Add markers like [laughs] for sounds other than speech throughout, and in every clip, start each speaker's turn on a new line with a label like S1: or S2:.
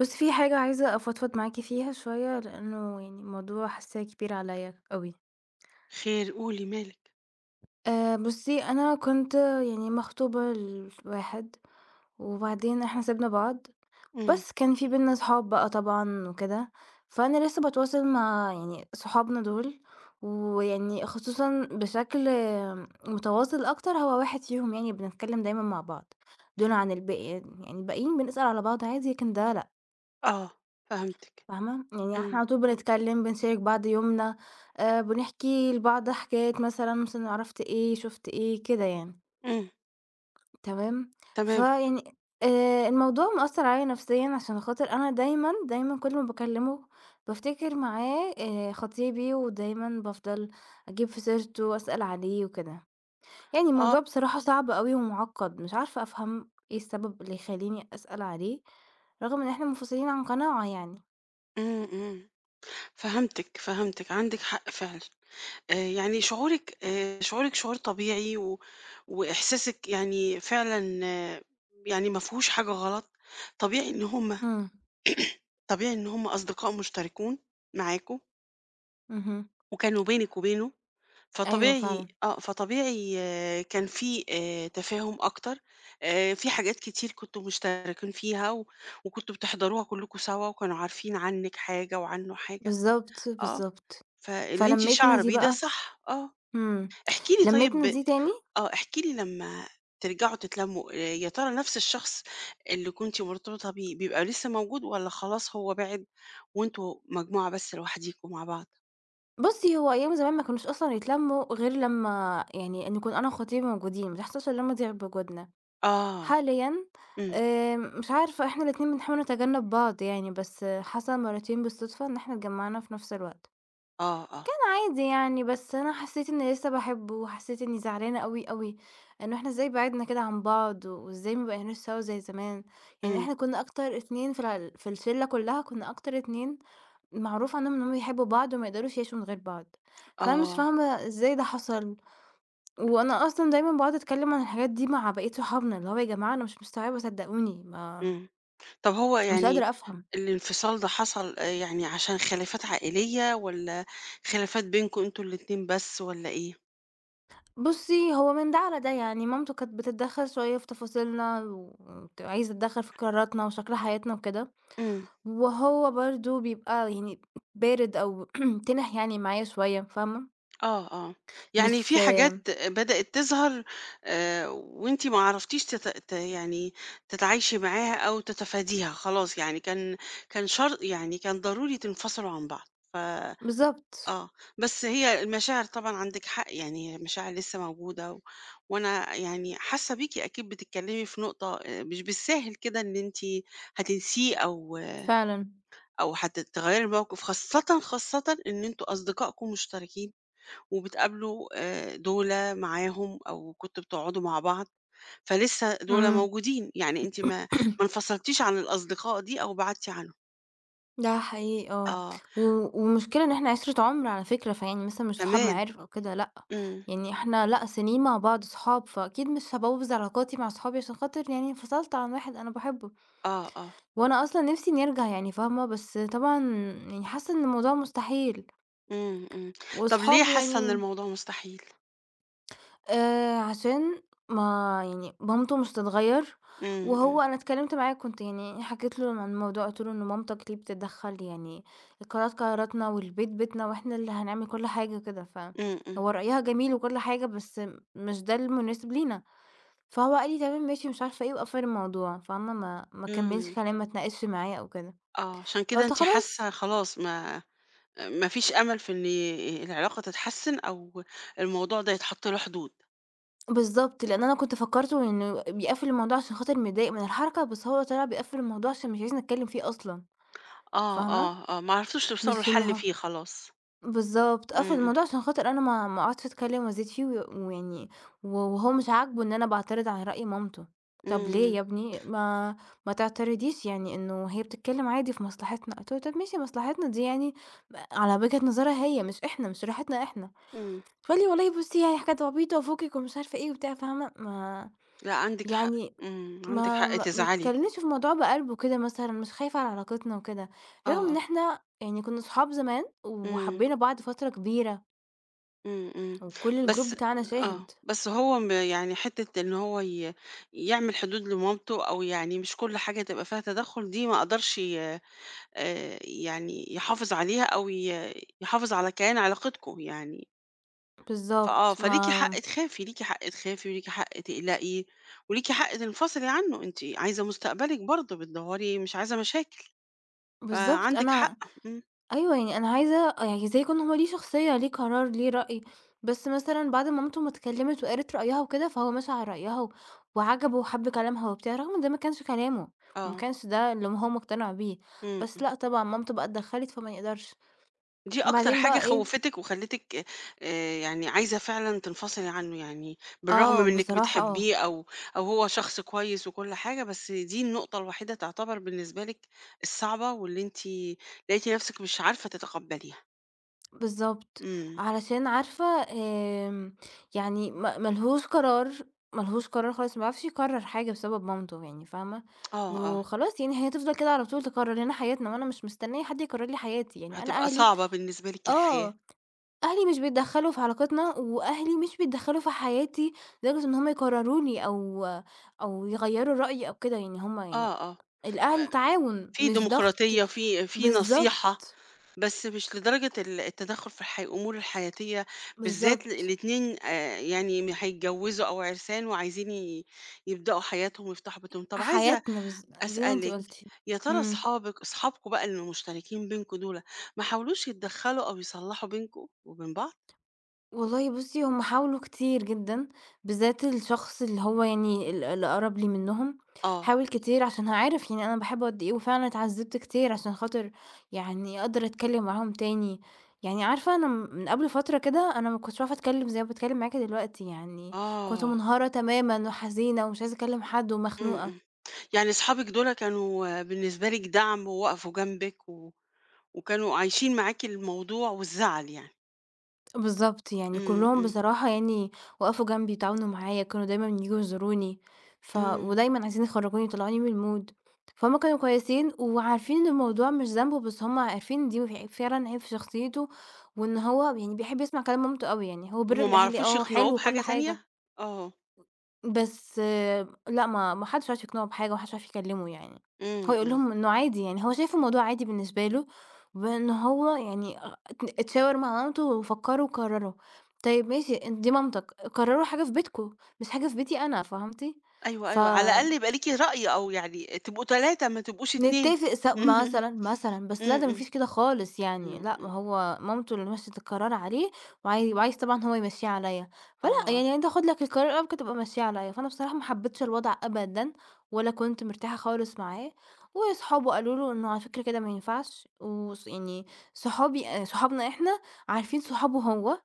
S1: بُصّي، في حاجة عايزة أفضفض معاكِ فيها شوية، لأنه يعني الموضوع حاسّاه كبير عليّا أوي.
S2: خير قولي مالِك؟
S1: بُصّي، أنا كنت يعني مخطوبة لواحد، وبعدين إحنا سِبنا بعض،
S2: إمم،
S1: بس كان في بيننا صحاب بقى طبعًا وكده، فأنا لسّه باتواصل مع يعني صحابنا دول، ويعني خصوصًا بشكل متواصل أكتر هو واحد فيهم يعني بنتكلّم دايمًا مع بعض، دون عن الباقي يعني الباقيين بنسأل على بعض عادي، لكن ده لأ.
S2: آه، فهمتِك،
S1: فاهمة، يعني إحنا
S2: إمم،
S1: على طول بنتكلم، بنشارك بعض يومنا، بنحكي لبعض حكايات مثلًا، مثلًا عرفت إيه، شُفت إيه، كده يعني،
S2: إمم،
S1: تمام،
S2: تمام،
S1: فيعني الموضوع مأثّر عليَّ نفسيًا عشان خاطر أنا دايمًا، دايمًا كل ما باكلمه بافتكر معاه خطيبي، ودايمًا بافضل أجيب في سيرته وأسأل عليه وكده، يعني
S2: آه،
S1: الموضوع بصراحة صعب أوي ومُعقّد، مش عارفة أفهم إيه السبب اللي يخلّيني أسأل عليه، رغم إن إحنا منفصلين عن قناعة يعني.
S2: إمم، إمم، فهمتِك، فهمتِك، عندِك حق فعلًا. يعني شعورِك شعورِك شعور طبيعي وإحساسِك يعني فعلًا يعني ما فيهوش حاجة غلط. طبيعي إن هُم
S1: إمم،
S2: طبيعي إن هُم أصدقاء مشتركون معاكم،
S1: اهم.
S2: وكانوا بينِك وبينه.
S1: أيوه فعلًا،
S2: فطبيعي كان في تفاهم أكتر، في حاجات كتير كنتم مشتركين فيها وكنتم بتحضروها كلّكم سوا وكانوا عارفين عنِّك حاجة وعنّه حاجة،
S1: بالضبط،
S2: آه،
S1: بالضبط.
S2: فاللي أنتِ
S1: فلمّتنا
S2: شاعرة
S1: دي
S2: بيه ده
S1: بقى
S2: صح، آه.
S1: إمم،
S2: احكِ لي طيب،
S1: لمّتنا دي تاني
S2: آه، احكِ لي لمّا ترجعوا تتلمّوا، يا ترى نفْس الشخص اللي كنتِ مرتبطة بيه بيبقى لسه موجود والّا خلاص هو بِعِد وأنتم مجموعة بس لوحديكم مع بعض؟
S1: بُصّي، هو أيام زمان ما كانوش أصلًا يتلمّوا غير لمّا يعني نكون أنا وخطيبي موجودين، ما تحصلش اللمّة دي غير بوجودنا.
S2: آه،
S1: حاليًا
S2: إمم،
S1: مش عارفة إحنا الاتنين بنحاول نتجنّب بعض يعني، بس حصل مرّتين بالصدفة إن إحنا اتجمّعنا في نفس الوقت.
S2: آه، آه،
S1: كان عادي يعني، بس أنا حسّيت إني لسّه باحبه، وحسّيت إني زعلانة أوي، أوي، إنه إحنا إزاي بعدنا كده عن بعض، وإزاي ما بقيناش سوا زي زمان، يعني
S2: إمم،
S1: إحنا كنّا أكتر 2 في الشلّة كلّها كنّا أكتر 2 معروف عنهم إنهم بيحبّوا بعض وما يقدروش يعيشوا من غير بعض، فأنا مش
S2: آه.
S1: فاهمة إزاي ده حصل، وأنا أصلًا دايمًا باقعد أتكلّم عن الحاجات دي مع بقية صحابنا، اللي هو يا جماعة أنا مش مستوعبة صدّقوني ما
S2: إمم. طب هو
S1: مش
S2: يعني
S1: قادرة أفهم.
S2: الانفصال ده حصل يعني عشان خلافات عائلية والّا خلافات بينكم أنتم الاتنين بس والّا إيه؟
S1: بُصّي، هو من ده على ده، يعني مامته كانت بتتدخّل شوية في تفاصيلنا عايزة تتدخّل في قراراتنا وشكل حياتنا وكده،
S2: إمم.
S1: وهو برضه بيبقى يعني بارد أو [clears throat] تِنِح يعني معايا شوية، فاهمة؟
S2: آه، آه. يعني
S1: مش
S2: في حاجات بدأت تظهر، وأنتِ ما عرفتيش تت ت يعني تتعايشي معاها أو تتفاديها خلاص، يعني كان شر، يعني كان ضروري تنفصلوا عن بعض. ف
S1: بالضبط،
S2: آه، بس هي المشاعر طبعًا عندِك حق، يعني هي المشاعر لسه موجودة، و وأنا يعني حاسة بيكِ، أكيد بتتكلمي في نقطة مش بالساهل كده إن أنتِ هتنسيه، أو
S1: فعلًا،
S2: أو تغيّري الموقف، خاصةً، خاصةً إن أنتم أصدقائكم مشتركين وبتقابلوا دُولة معاهم أو كنتم بتقعدوا مع بعض، فلسه دُولة
S1: إمم،
S2: موجودين، يعني أنتِ ما انفصلتيش عن الأصدقاء دي أو بعدتِ عنهم.
S1: ده حقيقي آه،
S2: آه،
S1: و والمشكلة إن إحنا عِشرة عُمر على فكرة، فيعني مثلًا مش صحاب
S2: تمام،
S1: معارف أو كده لأ،
S2: إمم،
S1: يعني إحنا لأ، سِنين مع بعض صحاب، فأكيد مش هابوّظ علاقاتي مع صحابي عشان خاطر يعني انفصلت عن واحد أنا باحبه.
S2: آه، آه.
S1: وأنا أصلًا نِفْسي إنه يرجع يعني فاهمة، بس طبعًا يعني حاسة إن الموضوع مستحيل،
S2: إمم، إمم. طب ليه
S1: وأصحابه
S2: حاسة إن
S1: يعني
S2: الموضوع مستحيل؟
S1: عشان ما يعني مامته مش هتتغيّر،
S2: إمم، إمم،
S1: وهو أنا اتكلمت معاه كنت يعني حكيت له عن الموضوع، قُلت له: "إن مامتك ليه بتتدخّل يعني قراراتنا والبيت بيتنا وإحنا اللي هنعمل كل حاجة وكده."
S2: إمم، إمم،
S1: فهو رأيها جميل وكل حاجة، بس مش ده المناسب لينا. فهو قال لي: "تمام ماشي." مش عارفة إيه، وقفل الموضوع فاهمة، ما كمّلش
S2: إمم.
S1: كلام، ما اتناقشش معايا أو كده،
S2: آه، عشان كده
S1: فقُلت
S2: أنتِ
S1: خلاص.
S2: حاسة خلاص ما فيش أمل في إن العلاقة تتحسن أو الموضوع ده يتحط له حدود.
S1: بالضبط، لإن أنا كنت فكّرته إنه بيقفّل الموضوع عشان خاطر متضايق من الحركة، بس هو طلع بيقفّل الموضوع عشان مش عايزنا نتكلّم فيه أصلًا،
S2: آه،
S1: فاهمة؟
S2: آه، آه، ما عرفتوش توصلوا
S1: مش إن
S2: لحل
S1: هو
S2: فيه خلاص.
S1: بالضبط، قفّل
S2: إمم،
S1: الموضوع عشان خاطر أنا ما أقعدش أتكلّم وأزيد فيه ويعني وهو مش عاجبه إن أنا باعترض على رأي مامته،
S2: إمم،
S1: طَب ليه
S2: إمم،
S1: يا ابني ما تعترضيش يعني إنه هي بتتكلّم عادي في مصلحتنا، قُلت له: "طَب ماشي مصلحتنا دي يعني على وجهة نظرها هي مش إحنا، مش راحتنا إحنا."
S2: إمم.
S1: فقال لي: "والله بُصّي يعني حاجات عبيطة وفكِك ومش عارفة إيه." وبتاع، فاهمة؟ ما
S2: لأ، عندِك حق،
S1: يعني
S2: إمم، عندِك
S1: ما
S2: حق
S1: ما ما
S2: تزعلي.
S1: اتكلمنيش في الموضوع بقلب وكده مثلًا، مش خايفة على علاقتنا وكده،
S2: آه،
S1: رغم إن
S2: آه.
S1: إحنا يعني كنا صحاب زمان
S2: إمم.
S1: وحبينا بعض فترة كبيرة،
S2: إمم، إمم.
S1: وكل الgroup
S2: بس
S1: بتاعنا
S2: آه.
S1: شاهد.
S2: بس هو يعني حتّة إن هو يعمل حدود لمامته، أو يعني مش كل حاجة تبقى فيها تدخُّل، دي ما قدرش ي يعني يحافظ عليها، أو يحافظ على كيان علاقتكم يعني.
S1: بالضبط،
S2: فليكِ
S1: ما
S2: حق تخافي، ليكِ حق تخافي وليكِ حق تقلقي وليكِ حق تنفصلي عنّه، أنتِ عايزة مستقبلِك برضه، بتدوّري مش عايزة مشاكل،
S1: بالضبط
S2: فعندِك
S1: أنا
S2: حق. إمم.
S1: أيوه، يعني أنا عايزة يعني زي يكون هو ليه شخصية، ليه قرار، ليه رأي، بس مثلًا بعد ما مامته ما اتكلمت وقالت رأيها وكده، فهو مشى على رأيها وعجبه وحب كلامها وبتاع، رغم إن ده ما كانش كلامه، وما
S2: آه.
S1: كانش ده اللي هو مقتنع بيه،
S2: إمم،
S1: بس
S2: إمم.
S1: لأ طبعًا مامته بقى اتدخلت فما يقدرش.
S2: دي أكتر
S1: وبعدين
S2: حاجة
S1: بقى إيه
S2: خوّفتِك وخلّتِك يعني عايزة فعلًا تنفصلي عنه، يعني بالرغم
S1: آه،
S2: من إنِّك
S1: بصراحة آه،
S2: بتحبّيه، أو أو هو شخص كويس وكل حاجة، بس دي النقطة الوحيدة تعتبر بالنسبة لِك الصعبة واللي أنتِ لقيتِ نَفْسِك مش عارفة تتقبّليها.
S1: بالضبط،
S2: إمم.
S1: علشان عارفة آمم، يعني ما لهوش قرار خالص، ما بيعرفش يقرّر حاجة بسبب مامته يعني فاهمة،
S2: آه، آه.
S1: وخلاص يعني هي هتفضل كده على طول تقرّر لنا حياتنا، وأنا مش مستنية حد يقرّر لي حياتي، يعني أنا
S2: هتبقى
S1: أهلي
S2: صعبة بالنسبة لِك الحياة.
S1: آه، أهلي مش بيتدخّلوا في علاقتنا، وأهلي مش بيتدخّلوا في حياتي لدرجة إن هُم يقرروا لي أو أو يغيّروا رأيي أو كده، يعني هُم يعني
S2: آه، آه.
S1: الأهل
S2: آآ
S1: تعاون
S2: في
S1: مش ضغط
S2: ديمقراطية، في
S1: بالضبط،
S2: نصيحة. بس مش لدرجة التدخُّل في الأمور الحياتية، بالذات
S1: بالضبط.
S2: الاتنين يعني هيتجوّزوا أو عرسان وعايزين يبدأوا حياتهم ويفتحوا بيتهم. طَب عايزة
S1: حياتنا بالض زي ما أنتِ
S2: أسألِك،
S1: قُلتِ.
S2: يا ترى
S1: إمم.
S2: أصحابكم بقى اللي مشتركين بينكم دُولة، ما حاولوش يتدخّلوا أو يصلّحوا بينكم وبين بعض؟
S1: والله بُصّي، هم حاولوا كتير جدًا، بالذات الشخص اللي هو يعني اللي أقرب لي منهم،
S2: آه،
S1: حاول كتير عشان هو عارف يعني أنا باحبه قد إيه، وفعلًا اتعذّبت كتير عشان خاطر يعني أقدر أتكلّم معاهم تاني. يعني عارفة أنا من قبل فترة كده أنا ما كنتش باعرف أتكلّم زي ما باتكلّم معاكِ دلوقتي، يعني كنت
S2: آه،
S1: منهارة تمامًا وحزينة ومش عايزة أكلّم حد
S2: إمم،
S1: ومخنوقة.
S2: إمم. يعني أصحابِك دُولة كانوا، آه، بالنسبة لِك دَعْم ووقفوا جنبِك وكانوا عايشين معاكِ الموضوع والزعل يعني.
S1: بالضبط، يعني
S2: إمم،
S1: كلّهم
S2: إمم،
S1: بصراحة يعني وقفوا جنبي، اتعاونوا معايا، كانوا دايمًا ييجوا يزوروني،
S2: إمم.
S1: ودايمًا عايزين يخرّجوني ويطلعوني من الmood، فهُم كانوا كويسين وعارفين إن الموضوع مش ذنبه، بس هُم عارفين دي فعلًا عيب في شخصيته، وإن هو يعني بيحب يسمع كلام مامته أوي، يعني هو بِر
S2: هُم ما
S1: الأهل
S2: عرفوش
S1: آه
S2: يقنعوه
S1: حلو
S2: بحاجة
S1: وكل
S2: تانية؟
S1: حاجة،
S2: آه،
S1: بس آه، لأ، ما حدش عارف يقنعه بحاجة وما حدش عارف يكلّمه يعني. هو
S2: إمم،
S1: يقول
S2: إمم،
S1: لهم إنه عادي يعني، هو شايف الموضوع عادي بالنسبة له، وإن هو يعني أ ات اتشاور مع مامته وفكّروا وقرّروا. طيب ماشي، أنتِ دي مامتك، قرّروا حاجة في بيتكم، مش حاجة في بيتي أنا، فهمتِ؟
S2: أيوه،
S1: ف
S2: أيوه، على الأقل يبقى ليكِ رأي، أو يعني تبقوا 3 ما تبقوش 2
S1: نتّفق
S2: اهم. [laughs]
S1: مثلًا، مثلًا، بس لا ده
S2: إمم،
S1: ما
S2: إمم،
S1: فيش كده خالص يعني،
S2: إمم،
S1: لأ
S2: إمم،
S1: ما هو مامته اللي مَشِّت القرار عليه وعايز طبعًا هو يمشّيه عليّا، فلأ
S2: آه،
S1: يعني أنت خُد لك القرار أو ممكن تبقى ممشّيه عليّا، فأنا بصراحة ما حبيتش الوضع أبدًا ولا كنت مرتاحة خالص معاه، وأصحابه قالوا له إنه على فكرة كده ما ينفعش يعني صحابي صحابنا إحنا عارفين صحابه هو،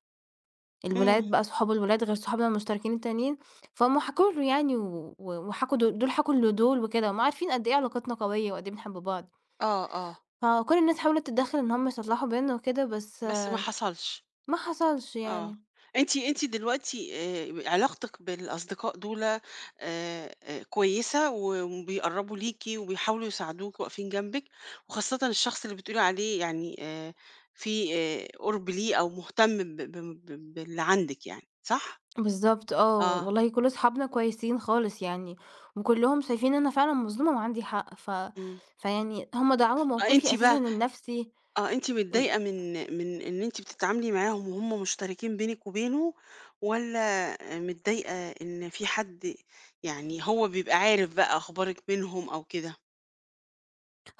S2: إمم،
S1: الولاد بقى صحاب الولاد غير صحابنا المشتركين التانيين، فهُم حكوا له يعني وحكوا د دول حكوا لدول وكده، هُم عارفين قد إيه علاقتنا قوية وقد إيه بنحب بعض.
S2: آه، آه،
S1: فكل الناس حاولت تتدخل إن هُم يصلحوا بيننا وكده، بس
S2: بس ما
S1: آه،
S2: حصلش.
S1: ما حصلش
S2: آه.
S1: يعني.
S2: أنتِ دلوقتي علاقتِك بالأصدقاء دُولَة كويسة وبيقرّبوا ليكِ وبيحاولوا يساعدوكِ واقفين جنبِك، وخاصةً الشخص اللي بتقولي عليه يعني في قُرب ليه أو مهتم ب ب ب باللي عندِك يعني، صح؟
S1: بالضبط آه،
S2: آه،
S1: والله كل أصحابنا كويسين خالص يعني، وكلّهم شايفين إن أنا فعلًا مظلومة وعندي حق،
S2: إمم.
S1: فيعني هُم دعموا
S2: آه،
S1: موقفي
S2: أنتِ
S1: أساسًا
S2: بقى
S1: النفسي.
S2: آه، أنتِ متضايقة من إن أنتِ بتتعاملي معاهم وهم مشتركين بينِك وبينه، والّا متضايقة إن في حد يعني هو بيبقى عارف بقى أخبارِك منهم أو كده؟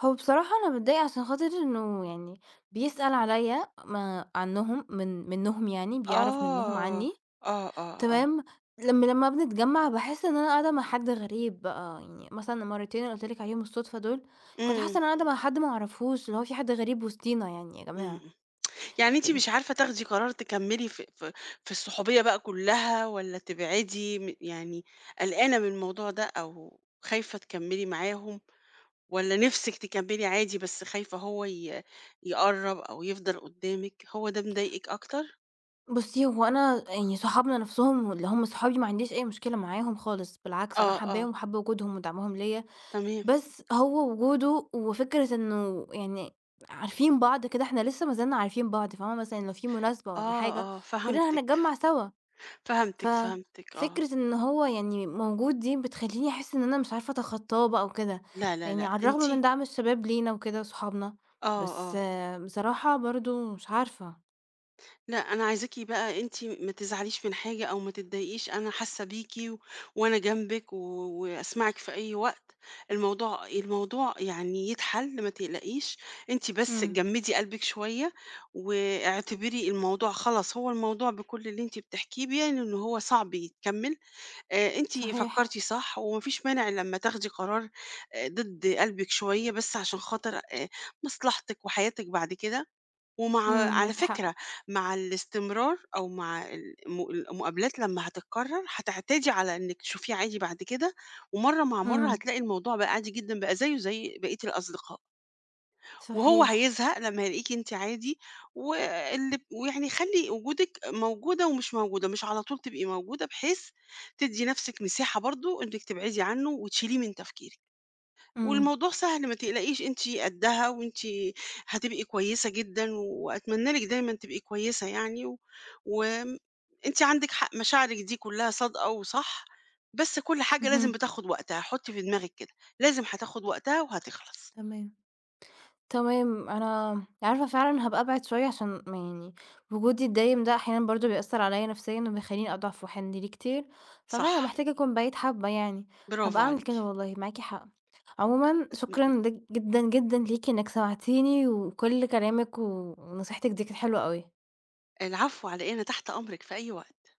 S1: هو بصراحة أنا متضايقة عشان خاطر إنه يعني بيسأل عليَّ ما عنّهم من منّهم يعني، بيعرف منّهم
S2: آه،
S1: عني.
S2: آه، آه، آه،
S1: تمام، لمّا بنتجمّع باحس إن أنا قاعدة مع حد غريب بقى، يعني مثلًا المرّتين اللي قُلت لِك عليهم الصُدفة دول، كنت حاسة
S2: إمم،
S1: إن أنا قاعدة مع حد ما أعرفوش، اللي هو في حد غريب وسطينا يعني يا
S2: إمم،
S1: جماعة.
S2: إمم، يعني أنتِ مش عارفة تاخدي قرار تكمّلي في الصحوبية بقى كلّها والّا تبعدي، يعني قلقانة من الموضوع ده أو خايفة تكمّلي معاهم؟ والّا نِفْسِك تكمّلي عادي، بس خايفة هو يقرّب أو يفضل قدّامِك، هو ده مضايقِك أكتر؟
S1: بُصّي، هو أنا يعني صحابنا نَفْسهم اللي هم صحابي ما عنديش أي مشكلة معاهم خالص، بالعكس أنا
S2: آه، آه،
S1: حاباهم وحابة وجودهم ودعمهم ليّا،
S2: تمام،
S1: بس هو وجوده وفكرة إنه يعني عارفين بعض كده، إحنا لسه ما زلنا عارفين بعض، فاهمة؟ مثلًا لو في مناسبة والّا
S2: آه،
S1: حاجة،
S2: آه،
S1: كُلّنا
S2: فهمتِك،
S1: هنتجمّع سوا.
S2: فهمتِك، فهمتِك، آه،
S1: ففكرة إن هو يعني موجود دي بتخلّيني أحس إن أنا مش عارفة أتخطّاه بقى وكده،
S2: لا، لا،
S1: يعني
S2: لأ،
S1: على الرغم
S2: أنتِ
S1: من دعم الشباب لينا وكده وصحابنا،
S2: آه،
S1: بس
S2: آه.
S1: آه، بصراحة برضه مش عارفة.
S2: لأ، أنا عايزاكِ بقى أنتِ ما تزعليش من حاجة أو ما تتضايقيش، أنا حاسة بيكِ وأنا جنبِك وأسمعِك في أي وقت، الموضوع يعني يتحل ما تقلقيش، أنتِ بس
S1: إمم،
S2: جمّدي قلبِك شوية، واعتبري الموضوع خلاص، هو الموضوع بكل اللي أنتِ بتحكيه بيعني إن هو صعب يتكمّل، أنتِ
S1: صحيح،
S2: فكّرتِ صح وما فيش مانع لمّا تاخدي قرار ضد قلبِك شوية، بس عشان خاطر مصلحتِك وحياتِك بعد كده.
S1: إمم،
S2: على
S1: معاكِ حق،
S2: فكرة، مع الاستمرار أو مع المقابلات لمّا هتتكرر، هتعتادي على إنِّك تشوفيه عادي بعد كده، ومرّة مع مرّة
S1: إمم،
S2: هتلاقي الموضوع بقى عادي جدًا، بقى زيه زي بقية الأصدقاء، وهو
S1: صحيح،
S2: هيزهق لمّا يلاقيكِ أنتِ عادي، ويعني خلّي وجودِك موجودة ومش موجودة، مش على طول تبقي موجودة، بحيث تدّي نَفْسِك مساحة برضه إنِّك تبعدي عنه وتشيليه من تفكيرِك.
S1: إمم،
S2: والموضوع سهل ما تقلقيش أنتِ قدّها، وأنتِ هتبقي كويسة جدًا، وأتمنى لِك دايمًا تبقي كويسة يعني، و وآمم أنتِ عندِك حق، مشاعرِك دي كلّها صادقة وصح، بس كل حاجة لازم
S1: اهم،
S2: بتاخد وقتها، حُطّي في دماغِك كده، لازم هتاخد وقتها وهتخلص.
S1: تمام. تمام أنا عارفة فعلًا هابقى أبعد شوية عشان ما يعني وجودي الدايم ده أحيانًا برضه بيأثّر عليَّ نفسيًا وبيخلّيني أضعف وأحن ليه كتير،
S2: صح،
S1: ففعلًا محتاجة أكون بعيد حبّة يعني،
S2: برافو
S1: هابقى أعمل
S2: عليكِ.
S1: كده والله معاكِ حق. عمومًا
S2: إمم، إمم.
S1: شكرًا ليك جدًا، جدًا ليكِ إنِّك سمعتيني وكل كلامِك و ونصيحتِك دي كانت حلوة أوي.
S2: العفو على إيه، أنا تحت أمرِك في أي وقت.